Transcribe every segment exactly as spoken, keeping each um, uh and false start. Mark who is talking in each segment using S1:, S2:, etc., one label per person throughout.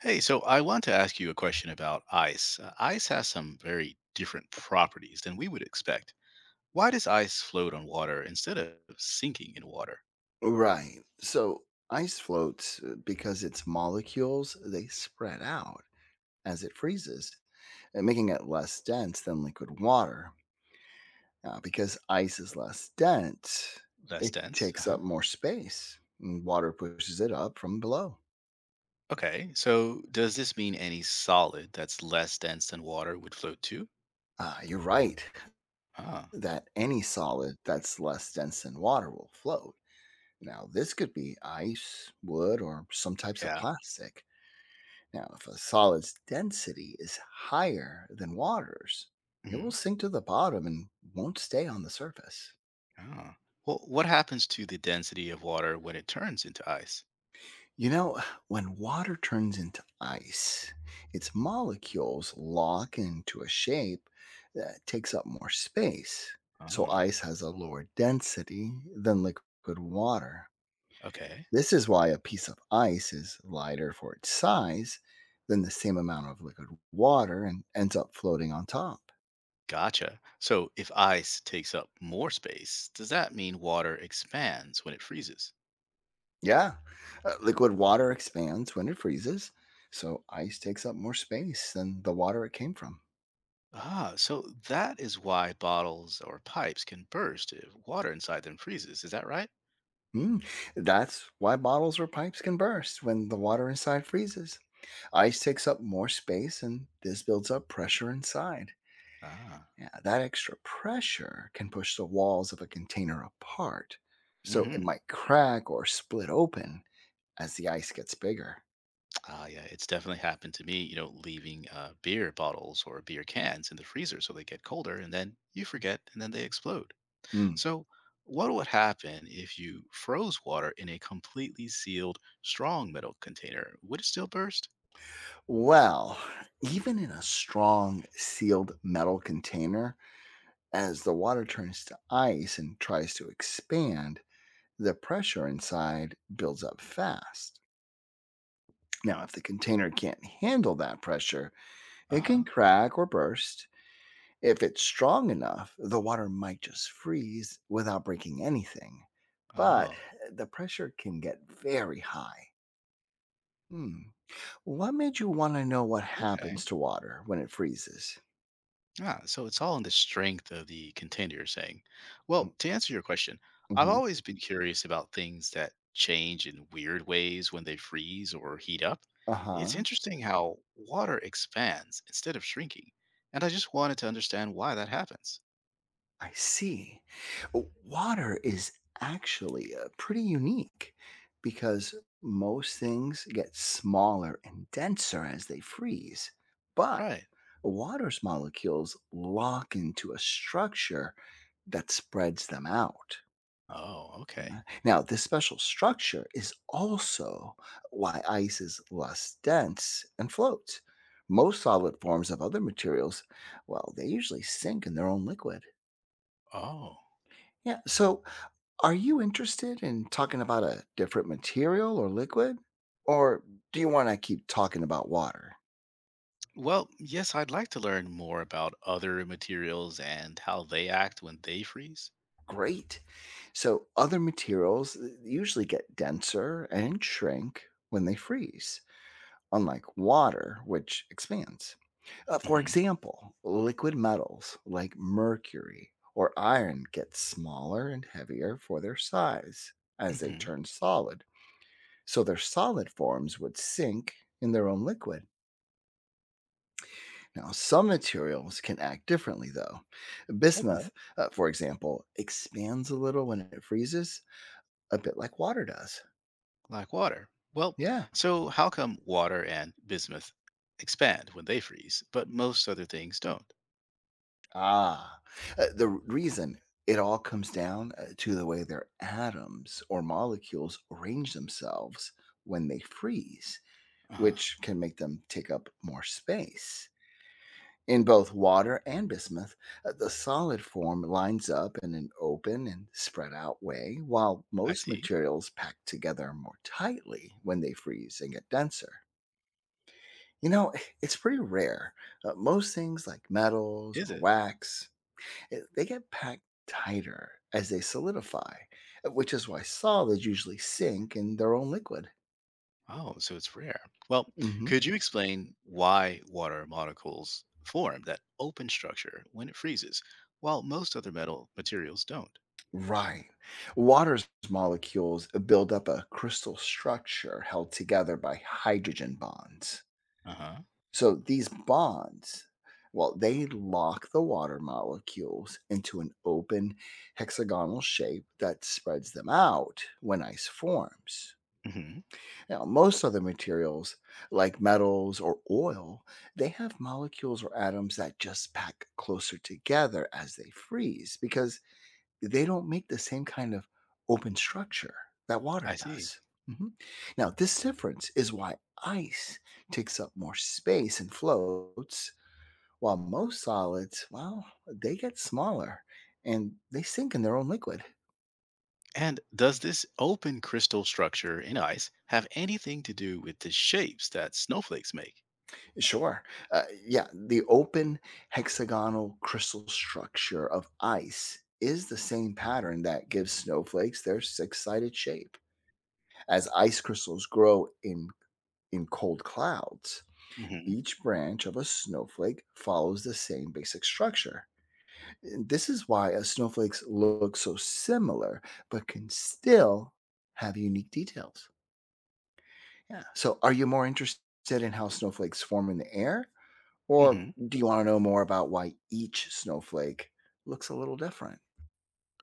S1: Hey, so I want to ask you a question about ice. Uh, ice has some very different properties than we would expect. Why does ice float on water instead of sinking in water?
S2: Right. So ice floats uh, because its molecules they spread out as it freezes, uh, making it less dense than liquid water. Now, because ice is less dense,
S1: Less
S2: it
S1: dense.
S2: takes
S1: Uh-huh.
S2: up more space, and water pushes it up from below.
S1: Okay, so does this mean any solid that's less dense than water would float too?
S2: Uh, you're right
S1: Ah,
S2: that any solid that's less dense than water will float. Now, this could be ice, wood, or some types of
S1: yeah.
S2: plastic. Now, if a solid's density is higher than water's, it will
S1: Mhm.
S2: sink to the bottom and won't stay on the surface.
S1: Ah. Well, what happens to the density of water when it turns into ice?
S2: You know, when water turns into ice, its molecules lock into a shape that takes up more space. So,
S1: Oh,
S2: ice has a lower density than liquid water.
S1: okay.
S2: This is why a piece of ice is lighter for its size than the same amount of liquid water and ends up floating on top.
S1: Gotcha. So if ice takes up more space, does that mean water expands when it freezes?
S2: Yeah. Uh, liquid water expands when it freezes, so ice takes up more space than the water it came from.
S1: Ah, so that is why bottles or pipes can burst if water inside them freezes. Is that right?
S2: Mm. That's why bottles or pipes can burst when the water inside freezes. Ice takes up more space, and this builds up pressure inside.
S1: Ah.
S2: Yeah, that extra pressure can push the walls of a container apart, so it
S1: Mm-hmm.
S2: might crack or split open as the ice gets bigger.
S1: Ah, yeah, it's definitely happened to me, you know, leaving uh, beer bottles or beer cans in the freezer so they get colder and then you forget and then they explode.
S2: Mm.
S1: So, what would happen if you froze water in a completely sealed strong metal container? Would it still burst?
S2: Well, even in a strong sealed metal container, as the water turns to ice and tries to expand, the pressure inside builds up fast. Now, if the container can't handle that pressure,
S1: Uh
S2: it can
S1: huh.
S2: crack or burst. If it's strong enough, the water might just freeze without breaking anything. But
S1: Oh,
S2: the pressure can get very high. Hmm. What made you want to know what
S1: okay.
S2: happens to water when it freezes?
S1: Ah, so it's all in the strength of the contender you're saying. Well, to answer your question, I've
S2: Mm-hmm.
S1: always been curious about things that change in weird ways when they freeze or heat up.
S2: Uh
S1: It's
S2: huh.
S1: interesting how water expands instead of shrinking, and I just wanted to understand why that happens.
S2: I see. Water is actually uh, pretty unique because most things get smaller and denser as they freeze. But
S1: Right.
S2: water's molecules lock into a structure that spreads them out.
S1: Oh,
S2: Yeah.
S1: okay.
S2: Now, this special structure is also why ice is less dense and floats. Most solid forms of other materials, well, they usually sink in their own liquid.
S1: Oh.
S2: Yeah. So, are you interested in talking about a different material or liquid? Or do you want to keep talking about water?
S1: Well, yes, I'd like to learn more about other materials and how they act when they freeze.
S2: Great. So, other materials uh, usually get denser and shrink when they freeze, unlike water, which expands. Uh, for
S1: Mhm.
S2: example, liquid metals like mercury or iron get smaller and heavier for their size as they
S1: Mhm.
S2: turn solid. So, their solid forms would sink in their own liquid. Now, some materials can act differently, though.
S1: Okay.
S2: Bismuth, uh, for example, expands a little when it freezes, a bit like water does.
S1: Like water. Well,
S2: Yeah.
S1: so how come water and bismuth expand when they freeze, but most other things don't?
S2: Ah, uh, the reason it all comes down uh, to the way their atoms or molecules arrange themselves when they freeze,
S1: Uh-huh.
S2: which can make them take up more space. In both water and bismuth, uh, the solid form lines up in an open and spread out way, while
S1: I
S2: most
S1: see.
S2: materials pack together more tightly when they freeze and get denser. You know, it's pretty rare. Uh, most things like metals,
S1: Is it?
S2: wax, eh, they get packed tighter as they solidify, uh, which is why solids usually sink in their own liquid.
S1: Oh, so it's rare. Well,
S2: Mhm.
S1: could you explain why water molecules form that open structure when it freezes, while most other metal materials don't?
S2: Right. Water's molecules build up a crystal structure held together by hydrogen bonds.
S1: Uh huh.
S2: So these bonds, well, they lock the water molecules into an open hexagonal shape that spreads them out when ice forms.
S1: Hmm.
S2: Now, most other materials, like metals or oil, they have molecules or atoms that just pack closer together as they freeze because they don't make the same kind of open structure that water
S1: I see.
S2: does. Mhm. Now, this difference is why ice takes up more space and floats, while most solids, well, they get smaller and they sink in their own liquid.
S1: And does this open crystal structure in ice have anything to do with the shapes that snowflakes make?
S2: Sure. Uh, yeah, the open hexagonal crystal structure of ice is the same pattern that gives snowflakes their six sided shape. As ice crystals grow in, in cold clouds,
S1: Hmm.
S2: each branch of a snowflake follows the same basic structure. This is why uh, snowflakes look so similar, but can still have unique details. Yeah. So, are you more interested in how snowflakes form in the air, or
S1: Hmm.
S2: do you want to know more about why each snowflake looks a little different?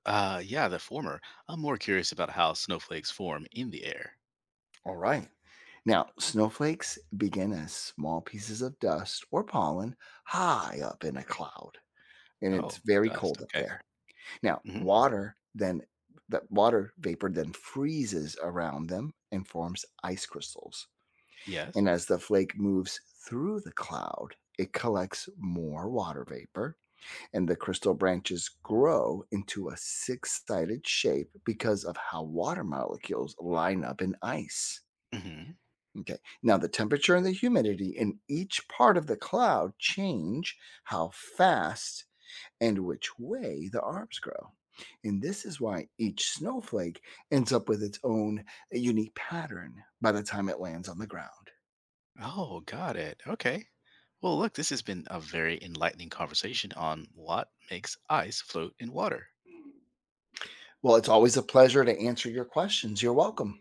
S1: Uh, yeah, the former. I'm more curious about how snowflakes form in the air.
S2: All right. Now, snowflakes begin as small pieces of dust or pollen high up in a cloud, and it's
S1: Oh,
S2: very
S1: dust.
S2: cold up
S1: Okay.
S2: there. Now,
S1: Hmm.
S2: water then that water vapor then freezes around them and forms ice crystals.
S1: Yes.
S2: And as the flake moves through the cloud, it collects more water vapor, and the crystal branches grow into a six sided shape because of how water molecules line up in ice.
S1: Hmm.
S2: Okay. Now, the temperature and the humidity in each part of the cloud change how fast and which way the arms grow. And this is why each snowflake ends up with its own uh, unique pattern by the time it lands on the ground.
S1: Oh, got it. Okay. Well, look, this has been a very enlightening conversation on what makes ice float in water.
S2: Well, it's always a pleasure to answer your questions. You're welcome.